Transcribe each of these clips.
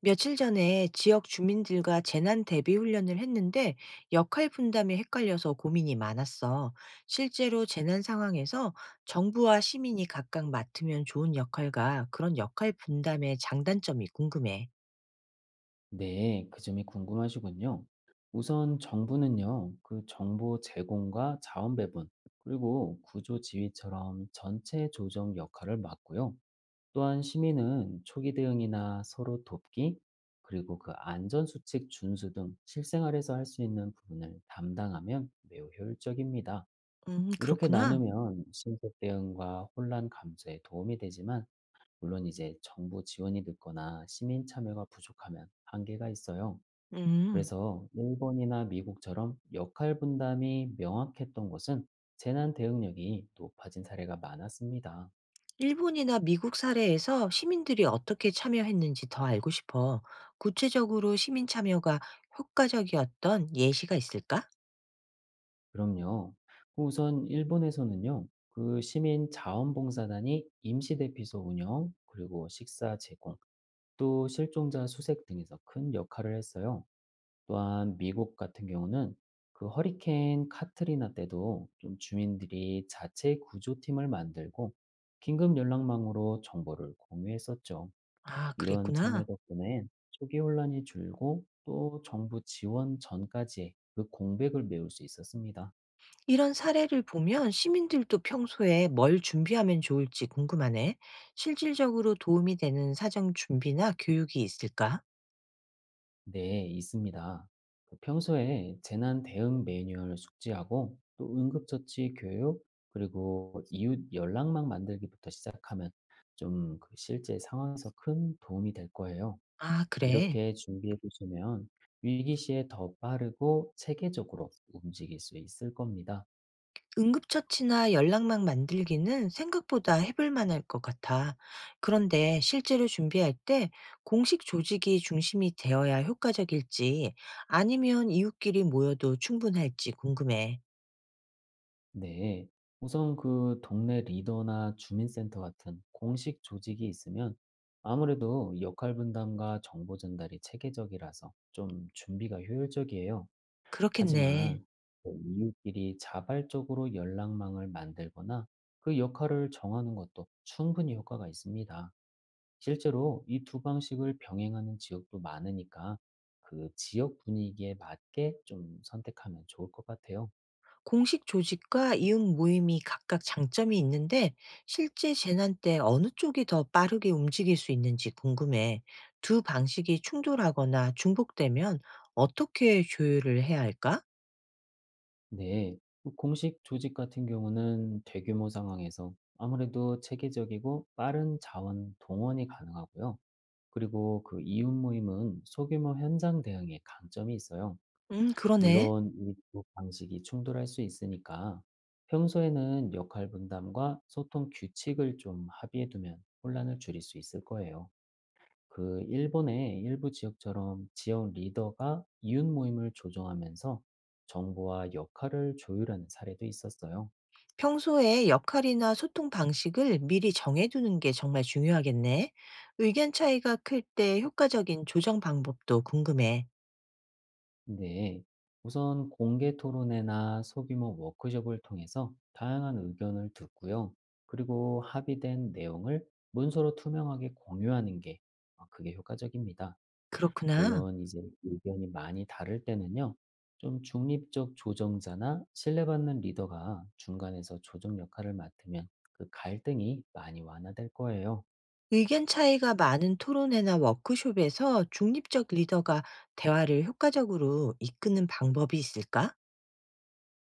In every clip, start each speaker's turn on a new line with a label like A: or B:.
A: 며칠 전에 지역 주민들과 재난 대비 훈련을 했는데 역할 분담이 헷갈려서 고민이 많았어. 실제로 재난 상황에서 정부와 시민이 각각 맡으면 좋은 역할과 그런 역할 분담의 장단점이 궁금해.
B: 네, 그 점이 궁금하시군요. 우선 정부는요, 그 정보 제공과 자원 배분, 그리고 구조 지휘처럼 전체 조정 역할을 맡고요. 또한 시민은 초기 대응이나 서로 돕기, 그리고 그 안전수칙 준수 등 실생활에서 할 수 있는 부분을 담당하면 매우 효율적입니다. 이렇게
A: 그렇구나.
B: 나누면 신속 대응과 혼란 감소에 도움이 되지만, 물론 이제 정부 지원이 늦거나 시민 참여가 부족하면 한계가 있어요.
A: 음.
B: 그래서 일본이나 미국처럼 역할 분담이 명확했던 곳은 재난 대응력이 높아진 사례가 많았습니다.
A: 일본이나 미국 사례에서 시민들이 어떻게 참여했는지 더 알고 싶어. 구체적으로 시민 참여가 효과적이었던 예시가 있을까?
B: 그럼요. 우선 일본에서는요, 그 시민 자원봉사단이 임시대피소 운영, 그리고 식사 제공, 또 실종자 수색 등에서 큰 역할을 했어요. 또한 미국 같은 경우는 그 허리케인 카트리나 때도 좀 주민들이 자체 구조팀을 만들고 긴급 연락망으로 정보를 공유했었죠.
A: 아,
B: 이런 참여
A: 그랬구나.
B: 덕분에 초기 혼란이 줄고 또 정부 지원 전까지 그 공백을 메울 수 있었습니다.
A: 이런 사례를 보면 시민들도 평소에 뭘 준비하면 좋을지 궁금하네. 실질적으로 도움이 되는 사정 준비나 교육이 있을까?
B: 네, 있습니다. 그 평소에 재난 대응 매뉴얼 숙지하고 또 응급처치 교육 그리고 이웃 연락망 만들기부터 시작하면 좀 그 실제 상황에서 큰 도움이 될 거예요.
A: 아, 그래.
B: 이렇게 준비해 두시면 위기 시에 더 빠르고 체계적으로 움직일 수 있을 겁니다.
A: 응급처치나 연락망 만들기는 생각보다 해볼 만할 것 같아. 그런데 실제로 준비할 때 공식 조직이 중심이 되어야 효과적일지 아니면 이웃끼리 모여도 충분할지 궁금해.
B: 네, 우선 그 동네 리더나 주민센터 같은 공식 조직이 있으면 아무래도 역할 분담과 정보 전달이 체계적이라서 좀 준비가 효율적이에요.
A: 그렇겠네.
B: 하지만 또 이웃끼리 자발적으로 연락망을 만들거나 그 역할을 정하는 것도 충분히 효과가 있습니다. 실제로 이 두 방식을 병행하는 지역도 많으니까 그 지역 분위기에 맞게 좀 선택하면 좋을 것 같아요.
A: 공식 조직과 이웃 모임이 각각 장점이 있는데 실제 재난 때 어느 쪽이 더 빠르게 움직일 수 있는지 궁금해. 두 방식이 충돌하거나 중복되면 어떻게 조율을 해야 할까?
B: 네, 그 공식 조직 같은 경우는 대규모 상황에서 아무래도 체계적이고 빠른 자원 동원이 가능하고요. 그리고 그 이웃 모임은 소규모 현장 대응에 강점이 있어요.
A: 그러네.
B: 물론 이 두 방식이 충돌할 수 있으니까 평소에는 역할 분담과 소통 규칙을 좀 합의해 두면 혼란을 줄일 수 있을 거예요. 그 일본의 일부 지역처럼 지역 리더가 이웃 모임을 조정하면서 정보와 역할을 조율하는 사례도 있었어요.
A: 평소에 역할이나 소통 방식을 미리 정해두는 게 정말 중요하겠네. 의견 차이가 클 때 효과적인 조정 방법도 궁금해.
B: 근데 우선 공개 토론회나 소규모 워크숍을 통해서 다양한 의견을 듣고요. 그리고 합의된 내용을 문서로 투명하게 공유하는 게 그게 효과적입니다.
A: 그렇구나.
B: 물론 이제 의견이 많이 다를 때는요. 좀 중립적 조정자나 신뢰받는 리더가 중간에서 조정 역할을 맡으면 그 갈등이 많이 완화될 거예요.
A: 의견 차이가 많은 토론회나 워크숍에서 중립적 리더가 대화를 효과적으로 이끄는 방법이 있을까?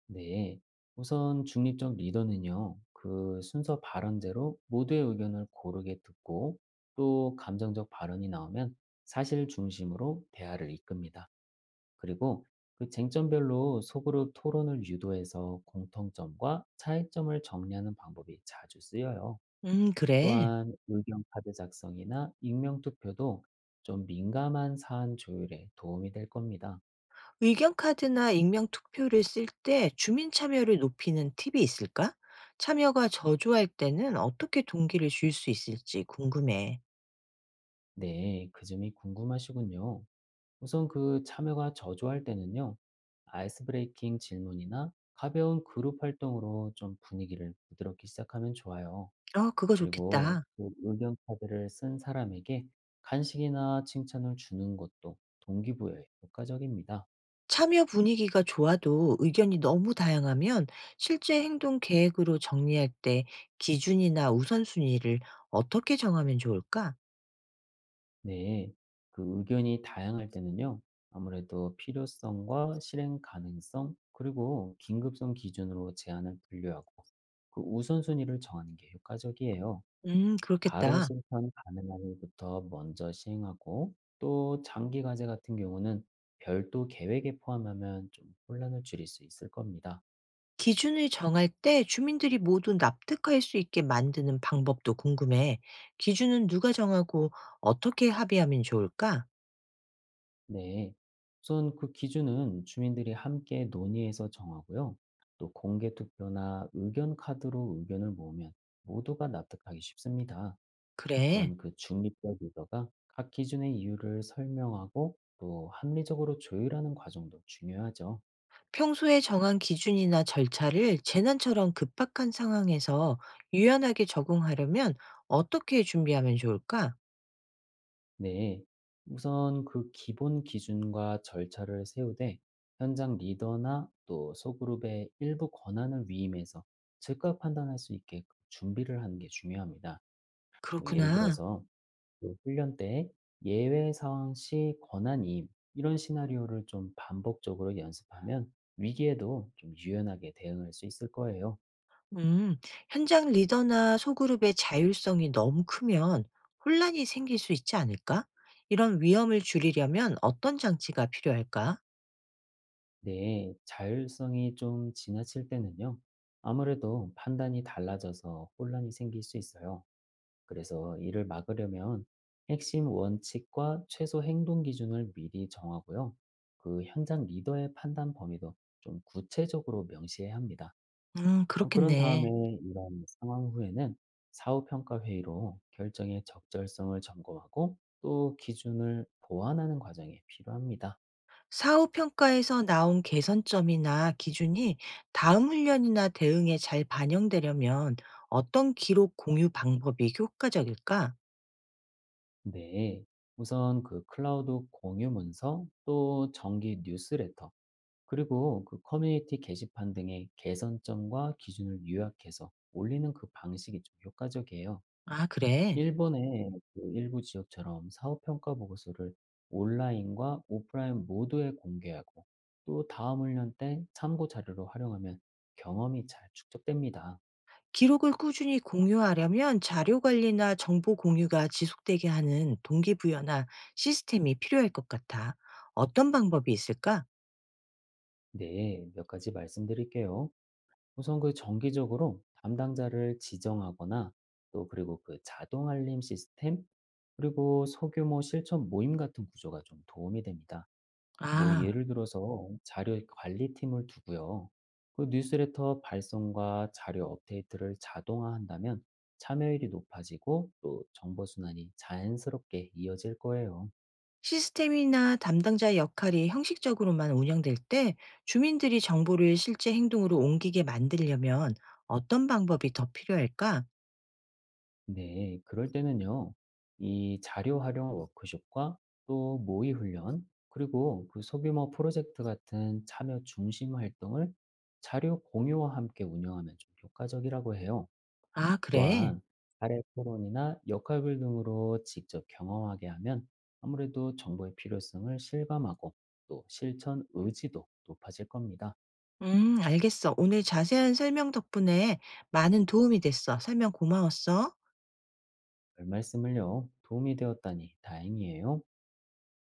B: 네. 우선 중립적 리더는요. 그 순서 발언제로 모두의 의견을 고르게 듣고 또 감정적 발언이 나오면 사실 중심으로 대화를 이끕니다. 그리고 그 쟁점별로 소그룹 토론을 유도해서 공통점과 차이점을 정리하는 방법이 자주 쓰여요.
A: 그래.
B: 또한 의견 카드 작성이나 익명 투표도 좀 민감한 사안 조율에 도움이 될 겁니다.
A: 의견 카드나 익명 투표를 쓸 때 주민 참여를 높이는 팁이 있을까? 참여가 저조할 때는 어떻게 동기를 줄 수 있을지 궁금해.
B: 네, 그 점이 궁금하시군요. 우선 그 참여가 저조할 때는요, 아이스 브레이킹 질문이나 가벼운 그룹 활동으로 좀 분위기를 부드럽게 시작하면 좋아요.
A: 어, 그거
B: 그리고
A: 좋겠다.
B: 그 의견 카드를 쓴 사람에게 간식이나 칭찬을 주는 것도 동기부여에 효과적입니다.
A: 참여 분위기가 좋아도 의견이 너무 다양하면 실제 행동 계획으로 정리할 때 기준이나 우선순위를 어떻게 정하면 좋을까?
B: 네. 그 의견이 다양할 때는요. 아무래도 필요성과 실행 가능성, 그리고 긴급성 기준으로 제안을 분류하고 그 우선순위를 정하는 게 효과적이에요. 바로
A: 그렇겠다.
B: 실천 가능한 일부터 먼저 시행하고 또 장기 과제 같은 경우는 별도 계획에 포함하면 좀 혼란을 줄일 수 있을 겁니다.
A: 기준을 정할 때 주민들이 모두 납득할 수 있게 만드는 방법도 궁금해. 기준은 누가 정하고 어떻게 합의하면 좋을까?
B: 네. 우선 그 기준은 주민들이 함께 논의해서 정하고요. 또 공개 투표나 의견 카드로 의견을 모으면 모두가 납득하기 쉽습니다.
A: 그래.
B: 또한 그 중립적 리더가 각 기준의 이유를 설명하고 또 합리적으로 조율하는 과정도 중요하죠.
A: 평소에 정한 기준이나 절차를 재난처럼 급박한 상황에서 유연하게 적용하려면 어떻게 준비하면 좋을까?
B: 네. 우선 그 기본 기준과 절차를 세우되 현장 리더나 또 소그룹의 일부 권한을 위임해서 즉각 판단할 수 있게 그 준비를 하는 게 중요합니다. 뭐 예를
A: 그렇구나.
B: 들어서 그 훈련 때 예외 상황 시 권한 이임 이런 시나리오를 좀 반복적으로 연습하면 위기에도 좀 유연하게 대응할 수 있을 거예요.
A: 음, 현장 리더나 소그룹의 자율성이 너무 크면 혼란이 생길 수 있지 않을까? 이런 위험을 줄이려면 어떤 장치가 필요할까?
B: 네, 자율성이 좀 지나칠 때는요. 아무래도 판단이 달라져서 혼란이 생길 수 있어요. 그래서 이를 막으려면 핵심 원칙과 최소 행동 기준을 미리 정하고요. 그 현장 리더의 판단 범위도 좀 구체적으로 명시해야 합니다. 그런 다음에
A: 그렇겠네.
B: 이런 상황 후에는 사후 평가 회의로 결정의 적절성을 점검하고 또 기준을 보완하는 과정이 필요합니다.
A: 사후 평가에서 나온 개선점이나 기준이 다음 훈련이나 대응에 잘 반영되려면 어떤 기록 공유 방법이 효과적일까?
B: 네. 우선 그 클라우드 공유 문서, 또 정기 뉴스레터, 그리고 그 커뮤니티 게시판 등의 개선점과 기준을 요약해서 올리는 그 방식이 좀 효과적이에요.
A: 아, 그래.
B: 일본의 그 일부 지역처럼 사업 평가 보고서를 온라인과 오프라인 모두에 공개하고 또 다음 훈련 때 참고 자료로 활용하면 경험이 잘 축적됩니다.
A: 기록을 꾸준히 공유하려면 자료 관리나 정보 공유가 지속되게 하는 동기부여나 시스템이 필요할 것 같아. 어떤 방법이 있을까?
B: 네, 몇 가지 말씀드릴게요. 우선 그 정기적으로 담당자를 지정하거나 또 그리고 그 자동 알림 시스템 그리고 소규모 실천 모임 같은 구조가 좀 도움이 됩니다. 뭐
A: 아,
B: 예를 들어서 자료 관리팀을 두고요. 그 뉴스레터 발송과 자료 업데이트를 자동화한다면 참여율이 높아지고 또 정보 순환이 자연스럽게 이어질 거예요.
A: 시스템이나 담당자 역할이 형식적으로만 운영될 때 주민들이 정보를 실제 행동으로 옮기게 만들려면 어떤 방법이 더 필요할까?
B: 네, 그럴 때는요. 이 자료 활용 워크숍과 또 모의 훈련, 그리고 그 소규모 프로젝트 같은 참여 중심 활동을 자료 공유와 함께 운영하면 좀 효과적이라고 해요.
A: 아, 그래.
B: 또한 사례 토론이나 역할별 등으로 직접 경험하게 하면 아무래도 정보의 필요성을 실감하고 또 실천 의지도 높아질 겁니다.
A: 알겠어. 오늘 자세한 설명 덕분에 많은 도움이 됐어. 설명 고마웠어.
B: 별 말씀을요. 도움이 되었다니 다행이에요.